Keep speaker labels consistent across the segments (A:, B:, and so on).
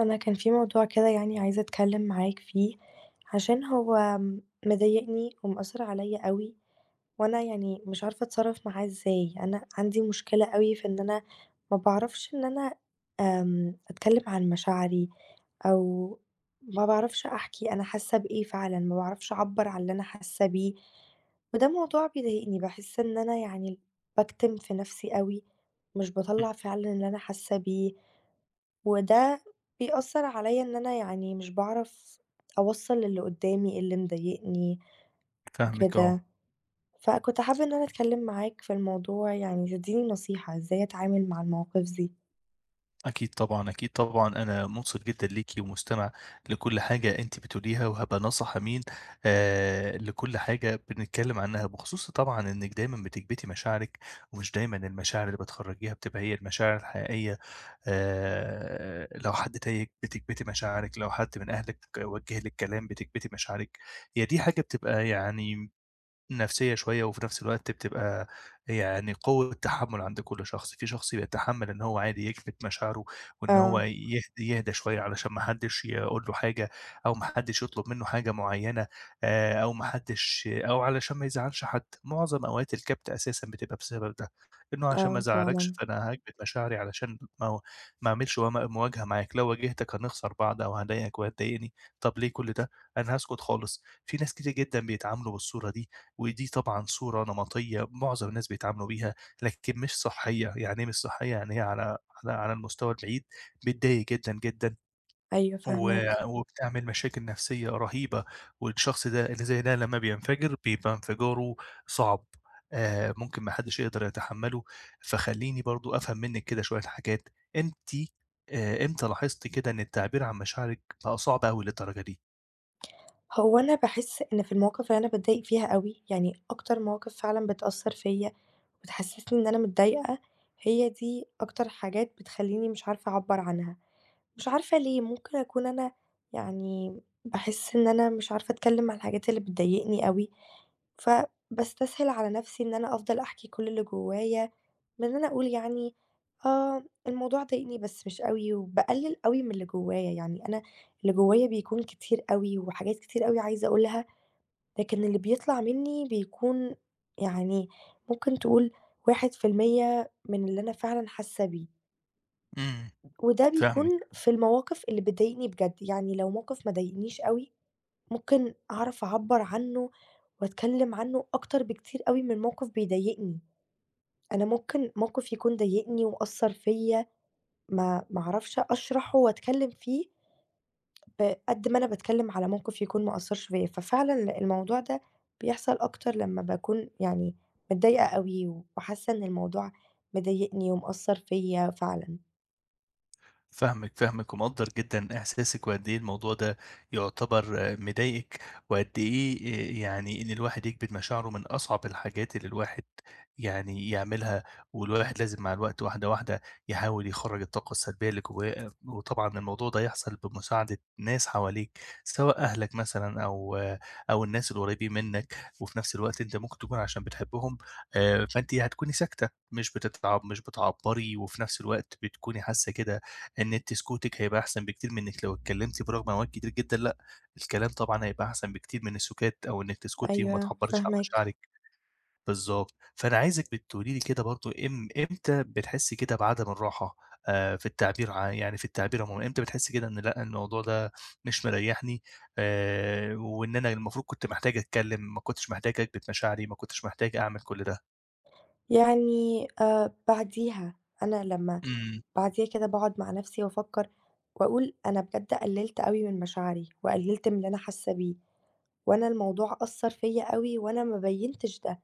A: أنا كان في موضوع كده يعني عايزة أتكلم معاك فيه عشان هو مضايقني ومأثر عليا أوي. وأنا يعني مش عارفة أتصرف معاه إزاي. أنا عندي مشكلة أوي في إن أنا ما بعرفش إن أنا أتكلم عن مشاعري. أو ما بعرفش أحكي أنا حاسة بإيه فعلا. ما بعرفش أعبر عن اللي أنا حاسة بيه. وده موضوع بيضايقني، بحس إن أنا يعني بكتم في نفسي أوي، مش
B: إمم،
A: بطلع فعلا اللي أنا حاسة بيه. وده بيأثّر عليَّ، إن أنا يعني مش باعرف أوصّل للي قدّامي اللي مضايقني
B: فاهمِك آه،
A: وكده. فكنت حابة إن أنا أتكلّم معاك في الموضوع، يعني تدّيني نصيحة إزاي أتعامل مع المواقف دي.
B: أكيد طبعًا، أكيد طبعًا، أنا مُنصِت جدًا ليكِ ومُستمع لكل حاجة أنتِ بتقوليها، وهابقى ناصح أمين لكل حاجة بنتكلم عنها، بخصوص طبعًا إنِّك دايمًا بتكبتي مشاعرِك، ومش دايمًا المشاعر اللي بتخرّجيها بتبقى هي المشاعر الحقيقية، لو حد تايهِك بتكبتي مشاعرِك، لو حد من أهلِك وجّه لِك كلام بتكبتي مشاعرِك، هي دي حاجة بتبقى يعني نفسية شوية، وفي نفس الوقت بتبقى يعني قوة تحمُّل عند كل شخص، في شخص بيتحمّل إن هو عادي يكبت مشاعره، وإن هو
A: آه.
B: يهدى شوية علشان ما حدّش يقول له حاجة، أو ما حدّش يطلب منّه حاجة معيّنة، أو ما حدّش أو علشان ما يزعّلش حد، معظم أوقات الكبت أساسًا بتبقى بسبب ده، إنه عشان ما
A: آه
B: أزعّلكش
A: فعلًا.
B: فأنا هاكبت مشاعري علشان ما أعملش وما مواجهة معاك، لو واجهتك هنخسر بعض أو هاضايقك وهتضايقني، طَب ليه كل ده؟ أنا هاسكت خالص، في ناس كتير جدًا بيتعاملوا بالصورة دي، ودي طبعًا صورة نمطية معظم الناس بيتعاملوا بيها، لكن مش صحّية، يعني إيه مش صحّية؟ يعني هي على على المستوى البعيد بتضايق جدًا، جدًا،
A: أيوه
B: و آه.
A: فاهماك.
B: وبتعمل مشاكل نفسية رهيبة، والشخص ده اللي زي ده لمّا بينفجر بيبقى انفجاره صعب، ممكن ما حدش يقدر يتحمّله، فخلّيني برضه أفهم منِّك كده شوية حاجات، أنتِ إمتى لاحظتِ كده إن التعبير عن مشاعرِك بقى صعب أوي للدرجة دي؟
A: هو أنا باحس إن في المواقف اللي أنا باتضايق فيها أوي، يعني أكتر مواقف فعلًا بتأثّر فيَّ وبتحسّسني إن أنا متضايقة، هي دي أكتر حاجات بتخلّيني مش عارفة أعبّر عنها. مش عارفة ليه، ممكن أكون أنا يعني باحس إن أنا مش عارفة أتكلّم عن الحاجات اللي بتضايقني أوي، فباستسهل على نَفْسي إن أنا أفضل أحكي كل اللي جوّايا، من إن أنا أقول يعني آه، الموضوع ضايقني بس مش أوي، وباقلِّل أوي من اللي جوّايا، يعني أنا اللي جوّايا بيكون كتير أوي وحاجات كتير أوي عايزة أقولها، لكن اللي بيطلع منّي بيكون يعني ممكن تقول 1% من اللي أنا فعلًا حاسة بيه.
B: إمم،
A: وده بيكون
B: فاهمِك.
A: في المواقف اللي بتضايقني بجد، يعني لو موقف ما ضايقنيش أوي، ممكن أعرف أعبّر عنه وأتكلّم عنه أكتر بكتير أوي من موقف بيضايقني. أنا ممكن موقف يكون ضايقني وأثّر فيّا ما أعرفش أشرحه وأتكلّم فيه بقد ما أنا باتكلّم على موقف يكون ما أثّرش فيّا، ففعلًا الموضوع ده بيحصل أكتر لمّا باكون يعني متضايقة أوي وحاسة إن الموضوع مضايقني ومأثّر فيّا فعلًا.
B: فاهمِك، فاهمِك ومقدّر جدًا إحساسِك وقد إيه الموضوع ده يعتبر مضايقِك، وقد إيه يعني إن الواحد يكبت مشاعره من أصعب الحاجات اللي الواحد يعني يعملها، والواحد لازم مع الوقت واحدة، واحدة يحاول يخرّج الطاقة السلبية اللي جواه، وطبعًا الموضوع ده يحصل بمساعدة ناس حواليك، سواء أهلك مثلًا أو الناس القريبين منّك، وفي نفس الوقت أنت ممكن تكون عشان بتحبهم فأنتِ هتكوني ساكتة، مش بتعبّري، وفي نفس الوقت بتكوني حاسة كده إن أنتِ سكوتِك هيبقى أحسن بكتير من إنِّك لو اتكلمتِ برغم أوقات كتير جدًا لأ، الكلام طبعًا هيبقى أحسن بكتير من السُكات أو إنِّك تسكتي وما
A: أيوه،
B: تعبّريش عن
A: فاهماك.
B: مشاعرِك، بالضبط. فأنا عايزِك بتقولي لي كده برضه إمتى بتحسّي كده بعدم الراحة في التعبير يعني في التعبير عمومًا، إمتى بتحسّي كده إن لأ، الموضوع ده مش مريّحني وإن أنا المفروض كنت محتاج أتكلم، ما كنتش محتاج أكبت مشاعري، ما كنتش محتاج أعمل كل ده؟
A: يعني بعديها، أنا لمّا
B: إمم،
A: بعديها كده باقعد مع نفسي وأفكّر وأقول أنا بجد قلّلت أوي من مشاعري، وقلّلت من اللي أنا حاسة بيه، وأنا الموضوع أثّر فيّا أوي وأنا ما بيّنتش ده،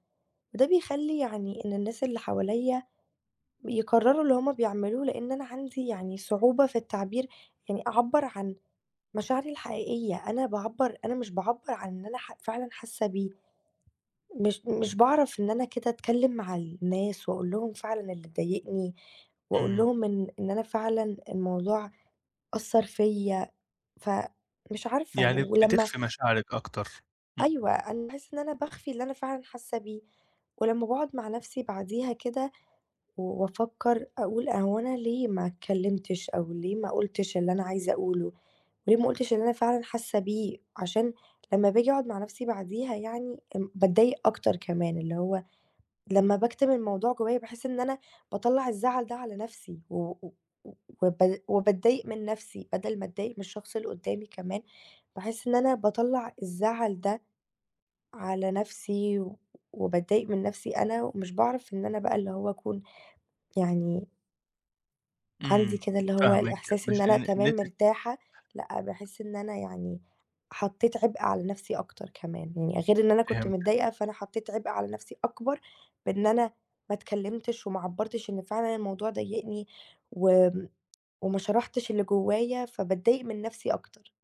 A: وده بيخلّي يعني إن الناس اللي حواليّا يكرّروا اللي هُم بيعملوه، لإن أنا عندي يعني صعوبة في التعبير، يعني أعبّر عن مشاعري الحقيقية. أنا باعبّر، أنا مش باعبّر عن اللي أنا فعلًا حاسة بيه. مش باعرف إن أنا كده أتكلّم مع الناس وأقول لهم فعلًا اللي ضايقني، وأقول
B: إمم.
A: لهم إن إن أنا فعلًا الموضوع أثّر فيّا، فمش عارفة
B: يعني
A: ولمّا.
B: بتخفي مشاعرِك أكتر. إمم.
A: أيوه، أنا باحس إن أنا باخفي اللي أنا فعلًا حاسة بيه، ولمّا باقعد مع نفسي بعديها كده و وأفكّر أقول هو أنا ليه ما اتكلّمتش أو ليه ما قُلتش اللي أنا عايزة أقوله، وليه ما قُلتش اللي أنا فعلًا حاسة بيه، عشان لمّا باجي أقعد مع نفسي بعديها يعني باتضايق أكتر كمان، اللي هو لمّا باكتم الموضوع جوايا باحس إن أنا باطلّع الزعل ده على نفسي، و و وب وباتضايق من نفسي بدل ما أتضايق من الشخص اللي قدّامي كمان، باحس إن أنا باطلّع الزعل ده على نفسي، وباتضايق من نفسي أنا، ومش باعرف إن أنا بقى اللي هو أكون يعني عندي
B: إمم،
A: كده اللي هو
B: فاهمِك،
A: الإحساس إن
B: مش
A: أنا
B: إن
A: تمام
B: أنتِ
A: مرتاحة، لأ باحس إن أنا يعني حطيت عبء على نفسي أكتر كمان، يعني غير إن أنا كنت
B: فهمت
A: متضايقة فأنا حطيت عبء على نفسي أكبر بإن أنا ما اتكلمتش وما عبّرتش إن فعلًا الموضوع ضايقني وآمم، وما شرحتش اللي جوايا، فباتضايق من نفسي أكتر.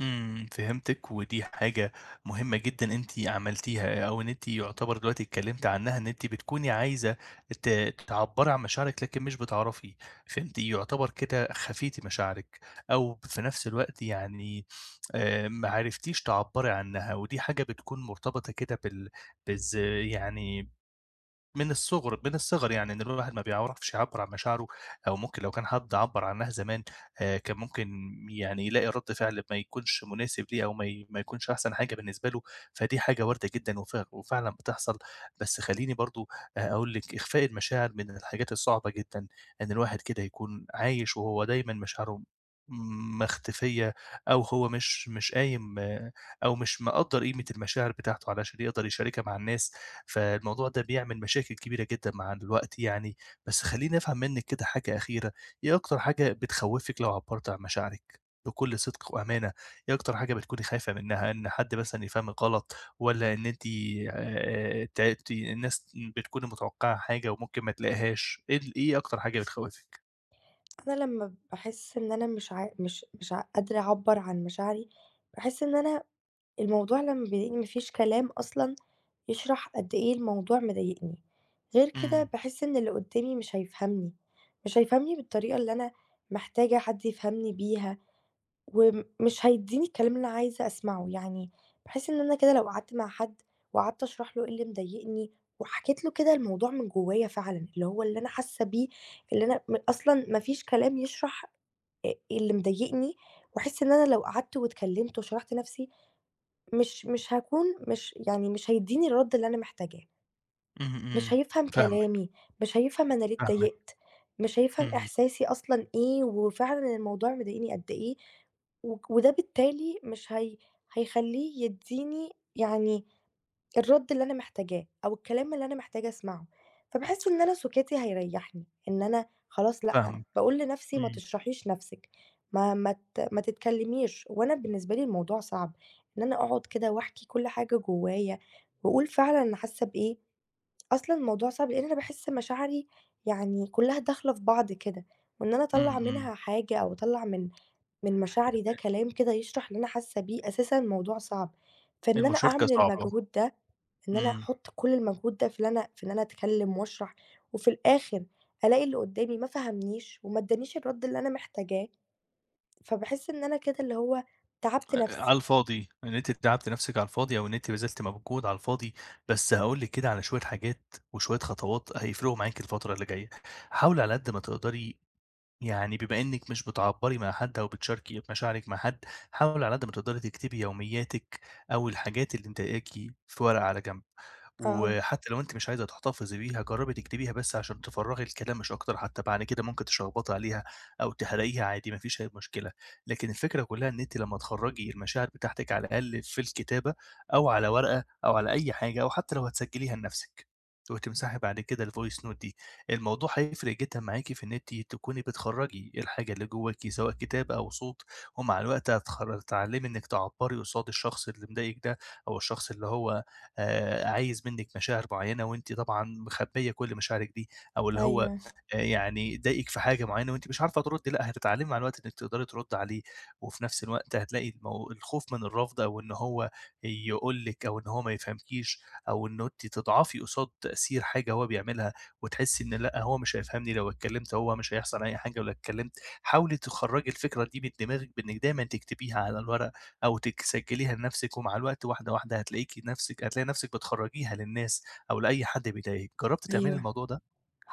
B: فهمتِك، ودي حاجة مهمة جدًا أنتِ عملتيها، أو إن أنتِ يعتبر دلوقتي اتكلمتِ عنها، إن أنتِ بتكوني عايزة ت تعبّري عن مشاعرِك لكن مش بتعرفي، فأنتِ يعتبر كده خفيتِ مشاعرِك، أو في نفس الوقت يعني ما عرفتيش تعبّري عنها، ودي حاجة بتكون مرتبطة كده بال بالذ يعني من الصغر يعني إن الواحد ما بيعرفش يعبّر عن مشاعره، أو ممكن لو كان حد عبّر عنها زمان كان ممكن يعني يلاقي رد فعل ما يكونش مناسب ليه أو ما يكونش أحسن حاجة بالنسبة له، فدي حاجة واردة جدًا وفعلًا بتحصل، بس خلّيني برضه أقول لِك إخفاء المشاعر من الحاجات الصعبة جدًا، إن الواحد كده يكون عايش وهو دايمًا مشاعره مختفية أو هو مش قايم أو مش مقدّر قيمة المشاعر بتاعته علشان يقدر يشاركها مع الناس. فالموضوع ده بيعمل مشاكل كبيرة جدًا مع الوقت يعني، بس خلّيني أفهم منِّك كده حاجة أخيرة، إيه أكتر حاجة بتخوّفِك لو عبّرتِ عن مشاعرِك بكل صدق وأمانة؟ إيه أكتر حاجة بتكوني خايفة منها، إن حد مثلًا يفهمِك غلط والّا إن أنتِ ت ت الناس بتكوني متوقّعة حاجة وممكن ما تلاقيهاش، إيه أكتر حاجة بتخوّفِك؟
A: أنا لمّا باحس إن أنا مش عا مش مش ع قادرة أعبّر عن مشاعري، باحس إن أنا الموضوع لمّا بيضايقني ما فيش كلام أصلًا يشرح قد إيه الموضوع مضايقني، غير
B: إمم،
A: كده باحس إن اللي قدامي مش هيفهمني، مش هيفهمني بالطريقة اللي أنا محتاجة حد يفهمني بيها، ومش هيديني الكلام اللي أنا عايزة أسمعه، يعني باحس إن أنا كده لو قعدت مع حد وقعدت أشرح له إيه اللي مضايقني، وحكيت له كده الموضوع من جوايا فعلًا، اللي هو اللي أنا حاسة بيه، اللي أنا أصلًا ما فيش كلام يشرح اللي مضايقني، واحس إن أنا لو قعدت واتكلمت وشرحت نفسي مش مش هاكون مش يعني مش هيديني الرد اللي أنا محتاجاه.
B: إمم،
A: مش
B: إمم.
A: هيفهم
B: فاهمِك،
A: كلامي، مش هيفهم أنا ليه
B: فاهمِك،
A: اتضايقت، مش هيفهم
B: إمم،
A: إحساسي أصلًا إيه، وفعلًا الموضوع مضايقني قد إيه، وده بالتالي مش هيخلّيه يدّيني يعني الرَد اللي أنا محتاجاه، أو الكلام اللي أنا محتاجة أسمعه، فباحس إن أنا سُكوتي هيريحني، إن أنا خلاص لأ،
B: فاهمِك.
A: باقول لنفسي ما
B: إمم،
A: تشرحيش نفسِك، ما تتكلميش، وأنا بالنسبة لي الموضوع صعب، إن أنا أقعد كده وأحكي كل حاجة جوايا، وأقول فعلًا أنا حاسة بإيه، أصلًا الموضوع صعب، لإن أنا باحس مشاعري يعني كلّها داخلة في بعض كده، وإن أنا
B: إمم،
A: أطلّع
B: إمم.
A: منها حاجة أو أطلّع من مشاعري، ده كلام كده يشرح اللي أنا حاسة بيه، أساسًا الموضوع صعب، فإن أنا
B: المشاركة
A: أعمل
B: صعبة.
A: المجهود ده، إن أنا
B: إمم.
A: أحُط كل المجهود ده في اللي أنا في إن أنا أتكلّم وأشرح، وفي الآخر ألاقي اللي قدّامي ما فهمنيش وما ادّانيش الرَد اللي أنا محتاجاه، فباحس إن أنا كده اللي هو تعبت نَفْسي.
B: على الفاضي، إن أنتِ تعبتِ نَفْسِك على الفاضي أو إن أنتِ بذلتِ مجهود على الفاضي، بس هاقول لِك كده على شوية حاجات وشوية خطوات هيفرقوا معاكِ الفترة اللي جاية. حاولي على قد ما تقدري يعني بما إنِّك مش بتعبّري مع حد أو بتشاركي مشاعرِك مع حد، حاولي على قد ما تقدري تكتبي يومياتِك أو الحاجات اللي مضايقاكِ في ورقة على جنب،
A: آه.
B: وحتى لو أنتِ مش عايزة تحتفظي بيها جرّبي تكتبيها بس عشان تفرّغي الكلام مش أكتر، حتى بعد كده ممكن تشخبطي عليها أو تحرقيها عادي ما فيش أي مشكلة، لكن الفكرة كلّها إن أنتِ لمّا تخرّجي المشاعر بتاعتِك على الأقل في الكتابة أو على ورقة أو على أي حاجة أو حتى لو هتسجّليها لنَفْسِك، وتمسحي بعد كده الvoice note دي. الموضوع هيفرق جدًا معاكِ في إن أنتِ تكوني بتخرّجي الحاجة اللي جواكِ سواء كتاب أو صوت، ومع الوقت هتتعلمي إنِّك تعبّري قصاد الشخص اللي مضايقِك ده، أو الشخص اللي هو عايز منِّك مشاعر معيّنة وأنتِ طبعًا مخبيّة كل مشاعرِك دي، أو اللي هو
A: أيوه،
B: يعني ضايقِك في حاجة معيّنة وأنتِ مش عارفة تردّي، لأ هتتعلمي مع الوقت إنِّك تقدري تردّي عليه، وفي نفس الوقت هتلاقي الخوف من الرفض أو إن هو يقول لِك أو إن هو ما يفهمكيش، أو إنه أنتِ تضعفي قصاد تأثير حاجة هو بيعملها. وتحسي إن لأ، هو مش هيفهمني لو اتكلمت، هو مش هيحصل أي حاجة لو اتكلمت. حاولي تخرّجي الفكرة دي من دماغِك بإنِّك دايمًا تكتبيها على الورق أو تسجّليها لنفسِك، ومع الوقت واحدة، واحدة هتلاقي نفسِك بتخرّجيها للناس أو لأي حد بيضايقِك. جرّبتِ تعملي
A: أيوه.
B: الموضوع ده؟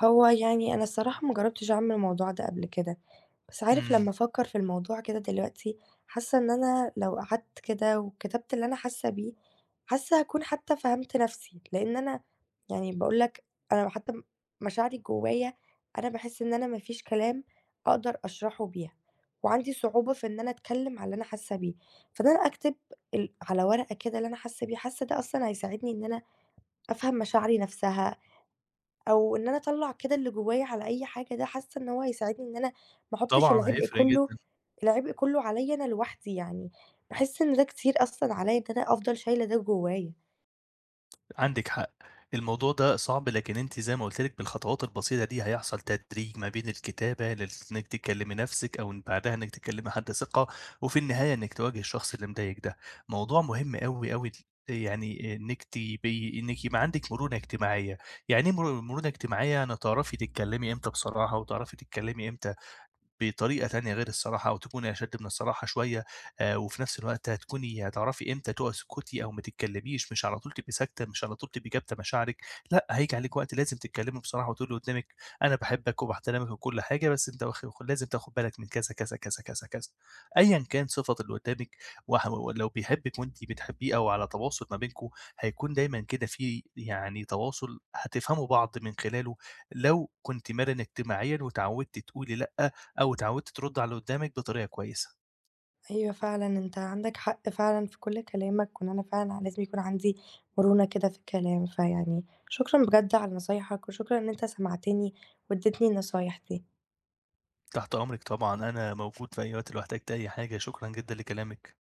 A: هو يعني أنا الصراحة ما جرّبتش أعمل الموضوع ده قبل كده. بس عارف
B: إمم.
A: لمّا أفكّر في الموضوع كده دلوقتي، حاسة إن أنا لو قعدت كده وكتبت اللي أنا حاسة بيه، حاسة هاكون حتى فهمت نفسي، لإن أنا يعني باقول لك أنا حتى مشاعري جوايا أنا باحس إن أنا ما فيش كلام أقدر أشرحه بيها، وعندي صعوبة في إن أنا أتكلم على اللي أنا حاسة بيه، فإن أنا أكتب على ورقة كده اللي أنا حاسة بيه، حاسة ده أصلًا هيساعدني إن أنا أفهم مشاعري نفسها، أو إن أنا أطلّع كده اللي جوايا على أي حاجة ده حاسة إن هو هيساعدني إن أنا ما أحطّش
B: طبعًا هيفرق جدًا.
A: العبء كلّه عليّا أنا لوحدي يعني، باحس إن ده كتير أصلًا عليّا إن أنا أفضل شايلة ده جوايا.
B: عندِك حق، الموضوع ده صعب، لكن أنتِ زي ما قُلت لِك بالخطوات البسيطة دي هيحصل تدريج ما بين الكتابة إنِّك تكلّمي نَفْسِك أو إن بعدها إنِّك تكلّمي حد ثقة، وفي النهاية إنِّك تواجهي الشخص اللي مضايقِك ده. موضوع مهم أوي، أوي يعني إنِّك يبقى عندِك مرونة اجتماعية، يعني إيه مرونة اجتماعية؟ يعني تعرفي تتكلّمي إمتى بصراحة وتعرفي تتكلّمي إمتى بطريقة تانية غير الصراحة أو تكوني أشَد من الصراحة شوية وفي نفس الوقت هتعرفي إمتى تسكُتي أو ما تتكلّميش، مش على طول تبقي ساكتة، مش على طول تبقي كابتة مشاعرِك، لأ، هييجي عليكِ وقت لازم تتكلّمي بصراحة وتقولي اللي قُدّامِك أنا باحبك وباحترمك وكل حاجة، بس أنت لازم تاخُد بالك من كذا، كذا، كذا، كذا، كذا. أيًا كان صِفة اللي قُدّامِك ولو بيحبِّك وأنتِ بتحبّيه أو على تواصل ما بينكم، هيكون دايمًا كده في يعني تواصل هتفهموا بعض من خلاله لو كنتِ مرِنة اجتماعيًا واتعوّدتِ تقولي لأ أو اتعودت ترد على اللي قدّامِك بطريقة كويسة.
A: أيوه فعلًا أنت عندك حق فعلًا في كل كلامك، وإن أنا فعلًا لازم يكون عندي مرونة كده في الكلام، فيعني شكرًا بجد على نصايحك، وشكرًا إن أنت سمعتني وادّيتني النصايح دي.
B: تحت أمرِك طبعًا، أنا موجود في أي وقت لو احتجتِ أي حاجة، شكرًا جدًا لكلامِك.